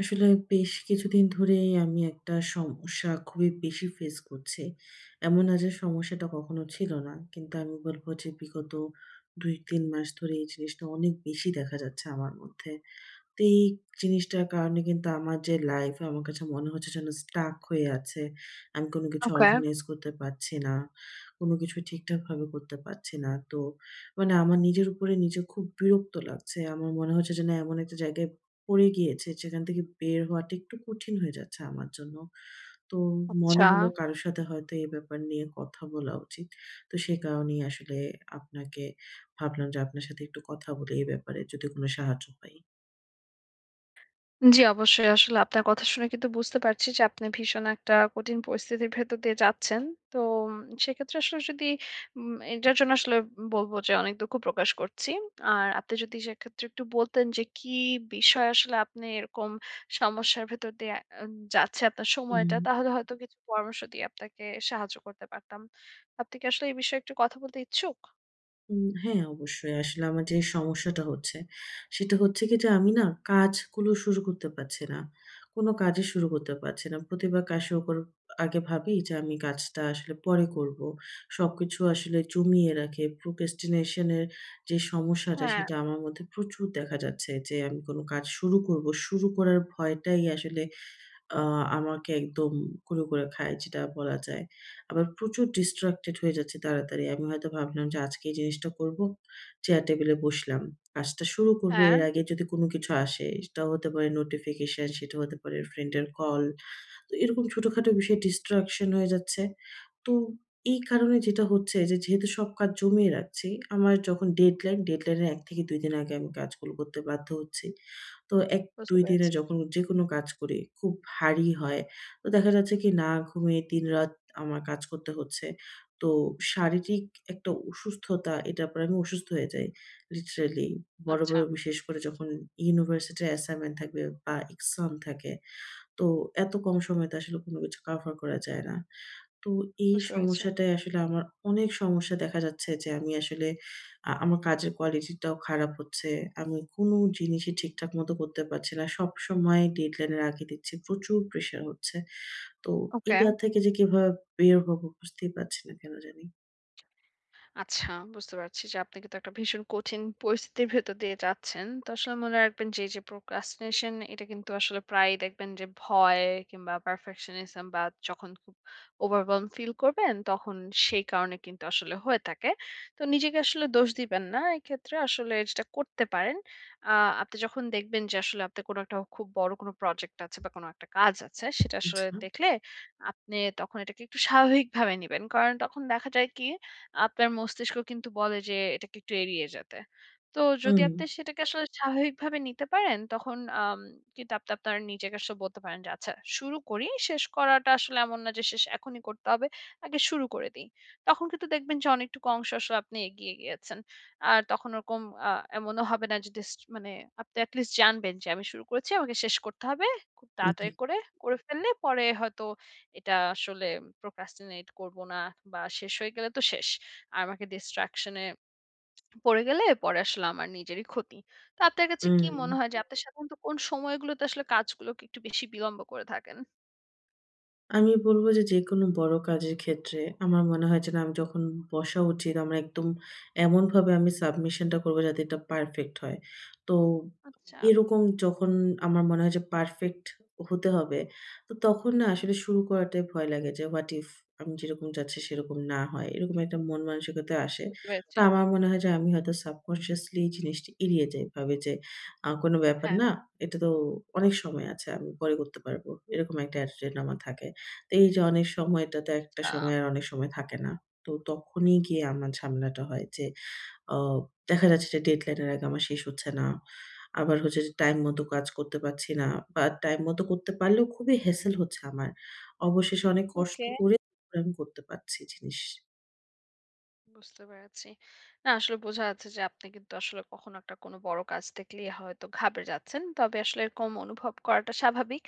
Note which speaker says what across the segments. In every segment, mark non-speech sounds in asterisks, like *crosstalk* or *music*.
Speaker 1: আসলে বেশ কিছুদিন ধরেই আমি একটা সমস্যা খুবই বেশি ফেস করছি। এমন না যে সমস্যাটা কখনো ছিল না। কিন্তু আমি বলব যে বিগত ২-৩ মাস ধরে এই জিনিসটা অনেক বেশি দেখা যাচ্ছে আমার মধ্যে। তো এই জিনিসটার কারণে কিন্তু আমার যে লাইফ আমার কাছে মনে হচ্ছে যেন স্টাক হয়ে আছে। আমি কোনো কিছু
Speaker 2: ওকে।
Speaker 1: অর্গানাইজ করতে পারছি না। কোনো কিছু ঠিকঠাকভাবে করতে পারছি না। তো মানে আমার নিজের উপরে নিজে খুব বিরক্ত লাগছে। আমার মনে হচ্ছে যে না এমন একটা জায়গায় পড়ে গিয়েছে যেখান থেকে বের হওয়াটা একটু কঠিন হয়ে যাচ্ছে আমার জন্য। তো মনে
Speaker 2: আচ্ছা।
Speaker 1: হলো কারো সাথে হয়তো এই ব্যাপার নিয়ে কথা বলা উচিত। তো সে কারণেই আসলে আপনাকে ভাবলাম যে আপনার সাথে একটু কথা বলি এই ব্যাপারে যদি কোনো সাহায্য পাই।
Speaker 2: জি, অবশ্যই আসলে আপনার কথা শুনে কিন্তু বুঝতে পারছি যে আপনি ভীষণ একটা কঠিন পরিস্থিতির ভেতর দিয়ে যাচ্ছেন। তো উম সেক্ষেত্রে আসলে যদি এটার জন্য আসলে বলব যে অনেক দুঃখ প্রকাশ করছি। আর আপনি যদি সেক্ষেত্রে একটু বলতেন যে কি বিষয় আসলে আপনি এরকম সমস্যার ভেতর দিয়ে আ যাচ্ছে আপনার সময়টা,
Speaker 1: হুম।
Speaker 2: তাহলে হয়তো কিছু পরামর্শ দিয়ে আপনাকে সাহায্য করতে পারতাম। আপনি কি আসলে এই বিষয়ে একটু কথা বলতে ইচ্ছুক?
Speaker 1: হ্যাঁ, অবশ্যই। আসলে আমার যে সমস্যাটা হচ্ছে, সেটা হচ্ছে কি যে আমি না কাজগুলো শুরু করতে পারছি না। কোনো কাজই শুরু করতে পারছি না। প্রতিবার কাজ শুরু করার আগে ভাবি যে আমি কাজটা আসলে পরে করব। সবকিছু আসলে জমিয়ে রাখি। procrastination এর যে সমস্যাটা
Speaker 2: হ্যাঁ,
Speaker 1: সেটা আমার মধ্যে প্রচুর দেখা যাচ্ছে যে আমি কোনো কাজ শুরু করব। শুরু করার ভয়টাই আসলে আ আমাকে একদম কুড়ে, কুড়ে খায় যেটা বলা যায়। আবার প্রচুর distracted হয়ে যাচ্ছি তাড়াতাড়ি। আমি হয়তো ভাবলাম যে আজকে এই জিনিসটা করব। চেয়ার টেবিলে বসলাম। কাজটা শুরু করব
Speaker 2: হ্যাঁ,
Speaker 1: এর আগে যদি কোনো কিছু আসে, সেটাও হতে পারে নোটিফিকেশন, সেটা হতে পারে ফ্রেন্ডের কল। তো এরকম ছোটখাটো বিষয়ে ডিস্ট্রাকশন হয়ে যাচ্ছে। তো এই কারণে যেটা হচ্ছে যে যেহেতু সব কাজ জমিয়ে রাখছি, আমার যখন ডেডলাইন, ডেডলাইনের ১ থেকে ২ দিন আগে আমি কাজগুলো করতে বাধ্য হচ্ছি। তো
Speaker 2: বুঝতে
Speaker 1: ১-২ দিনে
Speaker 2: পেরেছি।
Speaker 1: যখন যেকোনো কাজ করি খুব ভারী হয়। তো দেখা যাচ্ছে কি না ঘুমিয়ে দিনরাত আমার কাজ করতে হচ্ছে। তো শারীরিক একটা অসুস্থতা এটার পরে আমি অসুস্থ হয়ে যাই। লিটারেলি বড়,
Speaker 2: আচ্ছা,
Speaker 1: বড় বিশেষ করে যখন ইউনিভার্সিটির অ্যাসাইনমেন্ট থাকবে বা এক্সাম থাকে তো এত কম সময়ে তো আসলে কোনো কিছু কভার করা যায় না। তো এই
Speaker 2: বুঝতে পেরেছি।
Speaker 1: সমস্যাটাই আসলে আমার অনেক সমস্যা দেখা যাচ্ছে যে আমি আসলে আমার কাজের কোয়ালিটিটাও খারাপ হচ্ছে। আমি কোনো জিনিসই ঠিকঠাক মতো করতে পারছি না। সবসময় ডেডলাইন এর আগে দিচ্ছি। প্রচুর প্রেশার হচ্ছে। তো
Speaker 2: ওকে।
Speaker 1: এটা থেকে যে কিভাবে বের হবো বুঝতেই পারছি না কেন জানি।
Speaker 2: আচ্ছা, বুঝতে পারছি যে আপনি কিন্তু একটা ভীষণ কঠিন পরিস্থিতির ভেতর দিয়ে যাচ্ছেন। তো আসলে মনে রাখবেন যে এই যে প্রোক্রাস্টিনেশন, এটা কিন্তু আসলে প্রায় দেখবেন যে ভয় কিংবা পারফেকশনিজম বা যখন খুব ওভারওয়েলম ফিল করবেন, তখন সেই কারণে কিন্তু আসলে হয়ে থাকে। তো নিজেকে আসলে দোষ দিবেন না। এক্ষেত্রে আসলে যেটা করতে পারেন, আপনি যখন দেখবেন যে আসলে আপনি কোনো একটা খুব বড় কোনো প্রজেক্ট আছে বা কোনো একটা কাজ আছে, সেটা আসলে
Speaker 1: আচ্ছা।
Speaker 2: দেখলে আপনি তখন এটাকে একটু স্বাভাবিকভাবে নেবেন, কারণ তখন দেখা যায় কি আপনার মস্তিষ্ক কিন্তু বলে যে এটাকে একটু এড়িয়ে যেতে। তো যদি
Speaker 1: হুম,
Speaker 2: আপনি সেটাকে আসলে স্বাভাবিকভাবে নিতে পারেন, তখন কিন্তু আপনি আপনার নিজেকে আসলে বলতে পারেন যে আচ্ছা শুরু করি, শেষ করাটা আসলে এমন না যে শেষ এখনই করতে হবে। আগে শুরু করে দেই। তখন কিন্তু দেখবেন যে অনেকটুকু অংশ আসলে আপনি এগিয়ে গিয়েছেন। আর তখন ওরকম আ এমনও হবে না যে মানে আপনি এট লিস্ট জানবেন যে আমি শুরু করেছি, আমাকে শেষ করতে হবে। খুব
Speaker 1: জি।
Speaker 2: তাড়াতাড়ি করে ফেললে পরে হয়তো এটা আসলে procrastinate করব না, বা শেষ হয়ে গেলে তো শেষ। আর আমাকে distraction এ পড়ে গেলে পরে আসলে আমার নিজেরই ক্ষতি। তো আপনার কাছে কি মনে
Speaker 1: হুম।
Speaker 2: হয় যে আপনার সাধারণত কোন সময়গুলোতে আসলে কাজগুলোকে একটু বেশি বিলম্ব করে থাকেন?
Speaker 1: আমি বলব যে, যেকোনো বড় কাজের ক্ষেত্রে আমার মনে হয় যে না, আমি যখন বসা উচিত, আমার একদম এমনভাবে আমি সাবমিশনটা করব যাতে এটা পারফেক্ট হয়। তো
Speaker 2: আচ্ছা,
Speaker 1: এরকম যখন আমার মনে হয় যে পারফেক্ট হতে হবে, তো তখন না আসলে শুরু করাটাই ভয় লাগে যে হোয়াট ইফ আমি যেরকম চাচ্ছি সেরকম না হয়। এরকম একটা মন মানসিকতা আসে।
Speaker 2: বুঝতে
Speaker 1: তো
Speaker 2: পেরেছি।
Speaker 1: আমার মনে হয় যে আমি হয়তো সাবকন্সিয়াসলি জিনিসটা এড়িয়ে যাই। ভাবি যে কোনো ব্যাপার
Speaker 2: হ্যাঁ,
Speaker 1: না। এটা তো অনেক সময় আছে। আমি পরে করতে পারব। এরকম একটা অ্যাটিটিউড আমার থাকে। তো এই যে অনেক সময়টাতে একটা
Speaker 2: আচ্ছা,
Speaker 1: সময় আর অনেক সময় থাকে না। তো তখনই গিয়ে আমার ঝামেলাটা হয় যে আ দেখা যাচ্ছে যে ডেডলাইন এর আগে আমার শেষ হচ্ছে না। আবার হচ্ছে যে টাইম মতো কাজ করতে পারছি না বা টাইম মতো করতে পারলেও খুবই হ্যাসেল হচ্ছে আমার। অবশেষে অনেক কষ্ট
Speaker 2: ওকে।
Speaker 1: করে আমি করতে পারছি জিনিস।
Speaker 2: বুঝতে পেরেছি। না আসলে বোঝা যাচ্ছে যে আপনি কিন্তু আসলে কখনো একটা কোনো বড় কাজ দেখলেই হয়তো ঘাবড়ে যাচ্ছেন। তবে আসলে এরকম অনুভব করাটা স্বাভাবিক।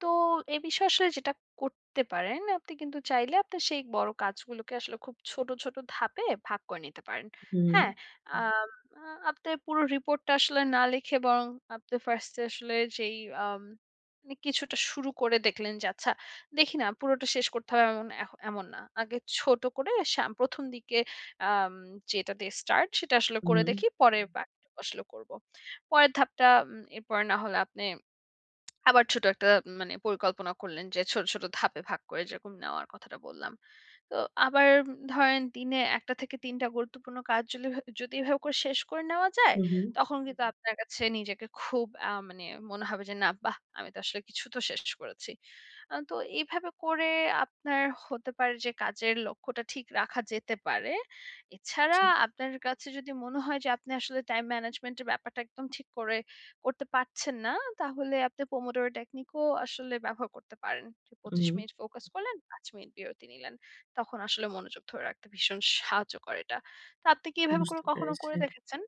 Speaker 2: তো এ বিষয়ে আসলে যেটা করতে পারেন, আপনি কিন্তু চাইলে আপনার সেই বড় কাজগুলোকে আসলে খুব ছোট, ছোট ধাপে ভাগ করে নিতে পারেন।
Speaker 1: হুম,
Speaker 2: হ্যাঁ? হুম। আম আ আপনার পুরো রিপোর্টটা আসলে না লিখে বরং আপনি 1st এ আসলে যেই আম মানে কিছুটা শুরু করে দেখলেন যে আচ্ছা দেখি না, পুরোটা শেষ করতে হবে এমন না। আগে ছোট করে ১ম দিকে আম যেটা দিয়ে স্টার্ট সেটা আসলে
Speaker 1: হুম,
Speaker 2: করে দেখি। পরে বাকিটুকু আসলে করব। পরের ধাপটা এরপরে না হলে আপনি আবার ছোট একটা মানে পরিকল্পনা করলেন যে ছোট, ছোট ধাপে ভাগ করে, যেরকম নেওয়ার কথাটা বললাম। তো আবার ধরেন দিনে ১টা থেকে ৩টা গুরুত্বপূর্ণ কাজ যদি এভাবে করে শেষ করে নেওয়া যায়,
Speaker 1: হুম, হুম,
Speaker 2: তখন হুম, কিন্তু হুম। আপনার কাছে নিজেকে খুব মানে মনে হবে যে না, বাহ! আমি তো আসলে কিছু তো শেষ করেছি। তো এইভাবে করে আপনার হতে পারে যে কাজের লক্ষ্যটা ঠিক রাখা যেতে পারে। এছাড়া
Speaker 1: জি,
Speaker 2: আপনার কাছে যদি মনে হয় যে আপনি আসলে টাইম ম্যানেজমেন্ট এর ব্যাপারটা একদম ঠিক করে করতে পারছেন না, তাহলে আপনি Pomodoro টেকনিক ও আসলে ব্যবহার করতে পারেন। যে ২৫
Speaker 1: হুম,
Speaker 2: মিনিট ফোকাস করলেন, ৫ মিনিট বিরতি নিলেন। তখন আসলে মনোযোগ ধরে রাখতে ভীষণ সাহায্য করে এটা। তো আপনি কি এভাবে করে
Speaker 1: বুঝতে
Speaker 2: কখনো
Speaker 1: পেরেছি।
Speaker 2: করে দেখেছেন?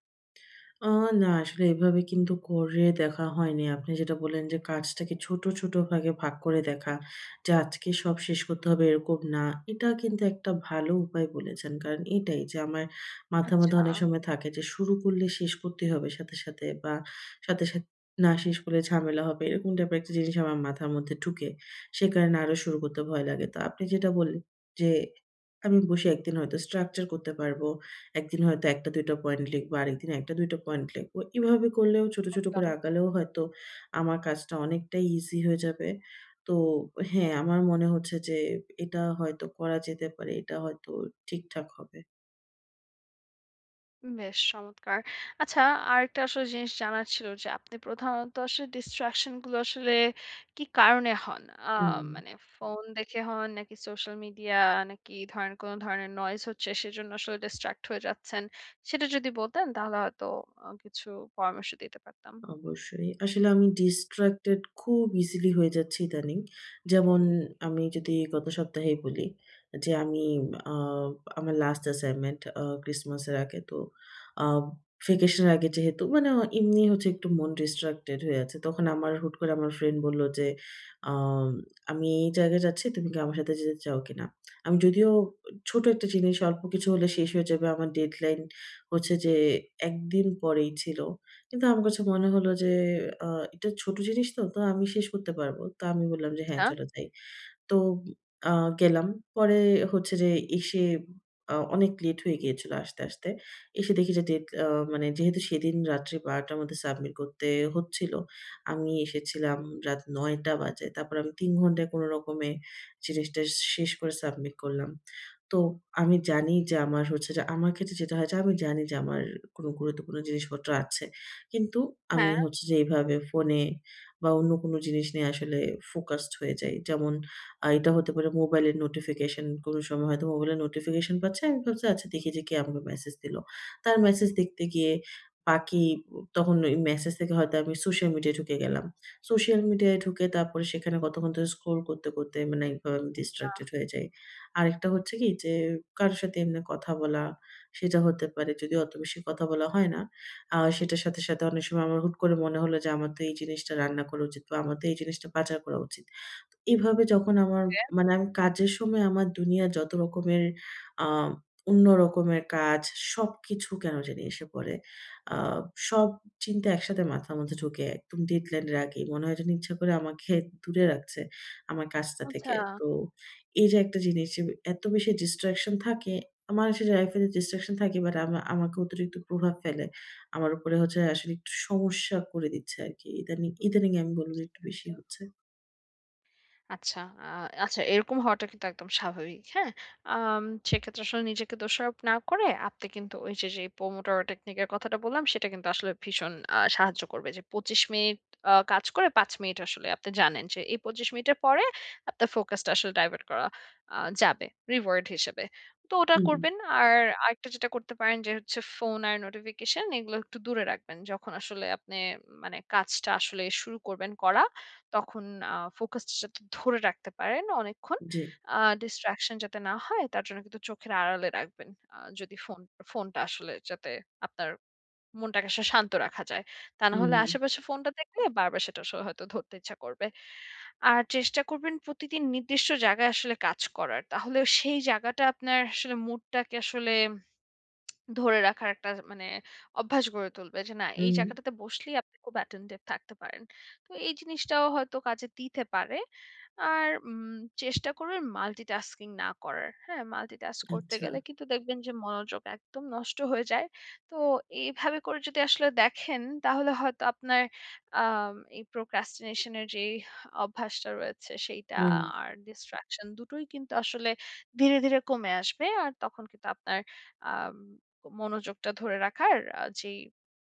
Speaker 1: আ না আসলে এভাবে কিন্তু করে দেখা হয়নি। আপনি যেটা বললেন যে কাজটাকে ছোট, ছোট ভাগে ভাগ করে দেখা। যে আজকে সব শেষ করতে হবে এরকম না। এটা কিন্তু একটা ভালো উপায় বলেছেন। কারণ এটাই যে আমার মাথার
Speaker 2: আচ্ছা,
Speaker 1: মধ্যে অনেক সময় থাকে যে শুরু করলে শেষ করতেই হবে সাথে, সাথে বা সাথে, সাথে না শেষ করলে ঝামেলা হবে। এরকম টাইপের একটা জিনিস আমার মাথার মধ্যে ঢুকে। সে কারণে আরো শুরু করতে ভয় লাগে। তো আপনি যেটা বললেন যে আমি বসে একদিন হয়তো স্ট্রাকচার করতে পারবো। একদিন হয়তো ১ টা ২ টা পয়েন্ট লিখবো, আরেকদিন ১ টা ২ টা পয়েন্ট লিখবো। এভাবে করলেও ছোট, ছোট করে
Speaker 2: একদম।
Speaker 1: আগালেও হয়তো আমার কাজটা অনেকটাই ইজি হয়ে যাবে। তো হ্যাঁ, আমার মনে হচ্ছে যে এটা হয়তো করা যেতে পারে। এটা হয়তো ঠিকঠাক হবে।
Speaker 2: বেশ চমৎকার। আচ্ছা, আরেকটা আসলে জিনিস জানার ছিল যে আপনি প্রধানত আসলে distraction গুলো আসলে কি কারণে হন? আ
Speaker 1: হুম।
Speaker 2: মানে ফোন দেখে হন নাকি সোশ্যাল মিডিয়া নাকি ধরেন কোন ধরনের নয়েজ হচ্ছে সেজন্য আসলে distract হয়ে যাচ্ছেন? সেটা যদি বলতেন তাহলে হয়তো কিছু পরামর্শ দিতে পারতাম।
Speaker 1: অবশ্যই। আসলে আমি distracted খুব easily হয়ে যাচ্ছি ইদানিং। যেমন আমি যদি গত সপ্তাহেই বলি যে আমি আ আমার লাস্ট অ্যাসাইনমেন্ট ক্রিসমাসের আগে তো আ ভ্যাকেশনের আগে যেহেতু মানে এমনি হচ্ছে একটু মন distracted হয়ে আছে। তখন আমার হুট করে আমার ফ্রেন্ড বলল যে, আম "আমি এই জায়গায় যাচ্ছি, তুমি কি আমার সাথে যেতে চাও কিনা?" আমি যদিও ছোট একটা জিনিস অল্প কিছু হলে শেষ হয়ে যাবে। আমার ডেডলাইন হচ্ছে যে ১ দিন পরেই ছিল। কিন্তু আমার কাছে মনে হলো যে, আ এটা ছোট জিনিস তো, তো আমি শেষ করতে পারবো। তো আমি বললাম যে, "হ্যাঁ,
Speaker 2: আচ্ছা,
Speaker 1: চলো যাই।" তো আ গেলাম। পরে হচ্ছে যে এসে অনেক লেট হয়ে গিয়েছিল আসতে, আসতে। এসে দেখি যে ডেট মানে যেহেতু সেদিন রাত্রি ১২ঃ০০ টার মধ্যে সাবমিট করতে হচ্ছিল। আমি এসেছিলাম রাত ৯ঃ০০ টা বাজে। তারপর আমি ৩ ঘন্টায় কোনো রকমে জিনিসটা শেষ করে সাবমিট করলাম। তো আমি জানি যে আমার হচ্ছে যে আমার ক্ষেত্রে যেটা হয় যে আমি জানি যে আমার কোনো গুরুত্বপূর্ণ জিনিসপত্র আছে। কিন্তু আমি
Speaker 2: হ্যাঁ,
Speaker 1: হচ্ছে যে এভাবে ফোনে বা অন্য কোনো জিনিস নিয়ে আসলে ফোকাসড হয়ে যাই। যেমন এটা হতে পারে মোবাইলের নোটিফিকেশন কোনো সময় হয়তো মোবাইলের নোটিফিকেশন পাচ্ছি। আমি ভাবছি আচ্ছা দেখি যে কে আমাকে মেসেজ দিলো। তার মেসেজ দেখতে গিয়ে বাকি তখন ওই মেসেজ থেকে হয়তো আমি সোশ্যাল মিডিয়ায় ঢুকে গেলাম। সোশ্যাল মিডিয়ায় ঢুকে তারপরে সেখানে কতক্ষণ ধরে স্ক্রল করতে, করতে মানে একভাবে আমি distracted হয়ে যাই। আরেকটা হচ্ছে কি যে কারো সাথে এমনি কথা বলা, সেটা হতে পারে যদিও অত বেশি কথা বলা হয় না। সেটার সাথে, সাথে অনেক সময় আমার হুট করে মনে হলো যে আমার তো এই জিনিসটা রান্না করা উচিত বা আমার তো এই জিনিসটা বাজার করা উচিত। এভাবে যখন আমার মানে আমি কাজের সময় আমার দুনিয়ার যত রকমের আ অন্য রকমের কাজ সবকিছু কেন জানি এসে পড়ে। আ সব চিন্তা একসাথে মাথার মধ্যে ঢুকে একদম ডেডলাইন এর আগেই মনে হয় যেন ইচ্ছা করে আমাকে দূরে রাখছে আমার কাজটা
Speaker 2: আচ্ছা।
Speaker 1: থেকে। তো এই যে একটা জিনিস যে এত বেশি ডিস্ট্রাকশন থাকে, আমার আসলে লাইফ এ ডিস্ট্রাকশন থাকে বাট আমাকে অতিরিক্ত প্রভাব ফেলে। আমার উপরে হচ্ছে আসলে একটু সমস্যা করে দিচ্ছে আরকি। ইদানিং ইদানিং আমি বলব একটু বেশি হচ্ছে।
Speaker 2: আচ্ছা। আচ্ছা, এরকম হওয়াটা কিন্তু একদম স্বাভাবিক। হ্যাঁ? আম সেক্ষেত্রে আসলে নিজেকে দোষারোপ না করে আপনি কিন্তু ওই যে, যে পোমোডোরো টেকনিক এর কথাটা বললাম, সেটা কিন্তু আসলে ভীষণ সাহায্য করবে। যে ২৫ মিনিট কাজ করে ৫ মিনিট আসলে আপনি জানেন যে এই ২৫ মিনিটের পরে আপনার ফোকাসটা আসলে ডাইভার্ট করা যাবে রিওয়ার্ড হিসেবে। তো ওটা
Speaker 1: হুম,
Speaker 2: করবেন। আর আরেকটা যেটা করতে পারেন যে হচ্ছে ফোন আর নোটিফিকেশন এগুলো একটু দূরে রাখবেন। যখন আসলে আপনি মানে কাজটা আসলে শুরু করবেন তখন ফোকাসটা যাতে ধরে রাখতে পারেন অনেকক্ষণ।
Speaker 1: জি।
Speaker 2: আ ডিস্ট্রাকশন যাতে না হয় তার জন্য কিন্তু চোখের আড়ালে রাখবেন। যদি ফোনটা আসলে যাতে আপনার মনটাকে আসলে শান্ত রাখা যায়। তা না হলে
Speaker 1: হুম,
Speaker 2: আশেপাশে ফোনটা দেখলে বারবার সেটা আসলে হয়তো ধরতে ইচ্ছা করবে। আর চেষ্টা করবেন প্রতিদিন নির্দিষ্ট জায়গায় আসলে কাজ করার। তাহলে সেই জায়গাটা আপনার আসলে মুডটাকে আসলে ধরে রাখার একটা মানে অভ্যাস গড়ে তুলবে যে না, এই
Speaker 1: হুম,
Speaker 2: জায়গাটাতে বসলেই আপনি খুব অ্যাটেনটিভ থাকতে পারেন। তো এই জিনিসটাও হয়তো কাজে দিতে পারে। আর চেষ্টা করবেন মাল্টিটাস্কিং না করার। হ্যাঁ? মাল্টিটাস্ক করতে
Speaker 1: আচ্ছা।
Speaker 2: গেলে কিন্তু দেখবেন যে মনোযোগ একদম নষ্ট হয়ে যায়। তো এইভাবে করে যদি আসলে দেখেন তাহলে হয়তো আপনার এই procrastination এর যেই অভ্যাসটা রয়েছে সেইটা
Speaker 1: হুম,
Speaker 2: আর distraction দুটোই কিন্তু আসলে ধীরে, ধীরে কমে আসবে। আর তখন কিন্তু আপনার আম মনোযোগটা ধরে রাখার যেই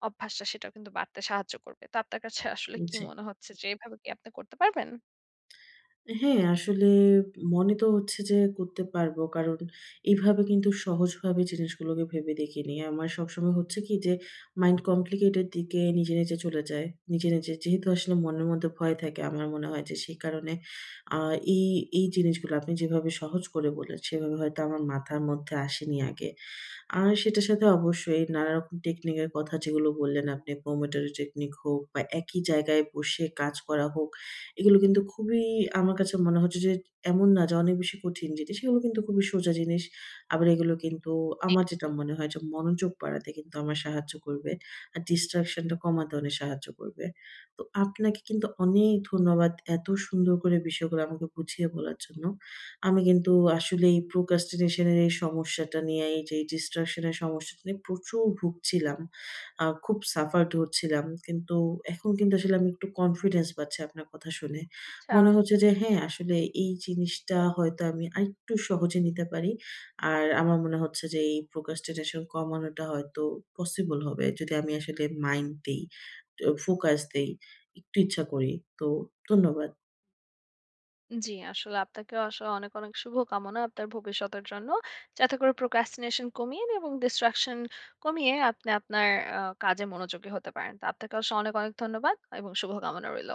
Speaker 2: অভ্যাসটা সেটাও কিন্তু বাড়তে সাহায্য করবে। তো আপনার কাছে *laughs* আসলে কি
Speaker 1: জি।
Speaker 2: মনে হচ্ছে যে এভাবে কি আপনি করতে পারবেন?
Speaker 1: হ্যাঁ, আসলে মনে তো হচ্ছে যে করতে পারবো। কারণ এভাবে কিন্তু সহজভাবে জিনিসগুলোকে ভেবে দেখিনি। আমার সবসময় হচ্ছে কি যে মাইন্ড কমপ্লিকেটেড দিকে নিজে, নিজে চলে যায়। নিজে, নিজে যেহেতু আসলে মনের মধ্যে ভয় থাকে আমার মনে হয় যে সেই কারণে আ এই, এই জিনিসগুলো আপনি যেভাবে সহজ করে বললেন সেভাবে হয়তো আমার মাথার মধ্যে আসেনি আগে। আর সেটার সাথে অবশ্যই নানারকম টেকনিকের কথা যেগুলো বললেন আপনি, পোমোডোরো টেকনিক হোক বা একই জায়গায় বসে কাজ করা হোক, এগুলো কিন্তু খুবই আমার কাছে মনে হচ্ছে যে এমন না যে অনেক বেশি কঠিন জিনিস, এগুলো কিন্তু খুবই সোজা জিনিস। আবার এগুলো কিন্তু আমার যেটা মনে হয় যে মনোযোগ বাড়াতে কিন্তু আমার সাহায্য করবে। আর distraction টা কমাতে অনেক সাহায্য করবে। তো আপনাকে কিন্তু অনেক ধন্যবাদ এত সুন্দর করে বিষয়গুলো আমাকে বুঝিয়ে বলার জন্য। আমি কিন্তু আসলে এই procrastination এর এই সমস্যাটা নিয়ে, এই যে distraction এর সমস্যাটা নিয়ে প্রচুর ভুগছিলাম। খুব suffered হচ্ছিলাম। কিন্তু এখন কিন্তু আসলে আমি একটু কনফিডেন্স পাচ্ছি আপনার কথা শুনে।
Speaker 2: আচ্ছা।
Speaker 1: মনে হচ্ছে যে হ্যাঁ, আসলে এই জিনিসটা হয়তো আমি আরেকটু সহজে নিতে পারি। আর আমার মনে হচ্ছে যে এই procrastination কমানোটা হয়তো পসিবল হবে যদি আমি আসলে মাইন্ড দেই, ট ফোকাস দেই, একটু ইচ্ছা করি। তো ধন্যবাদ।
Speaker 2: জি, আসলে আপনাকেও আসলে অনেক, অনেক শুভকামনা আপনার ভবিষ্যতের জন্য। যাতে করে procrastination কমিয়ে এবং distraction কমিয়ে আপনি আপনার কাজে মনোযোগী হতে পারেন। তো আপনাকে আসলে অনেক, অনেক ধন্যবাদ এবং শুভকামনা রইল।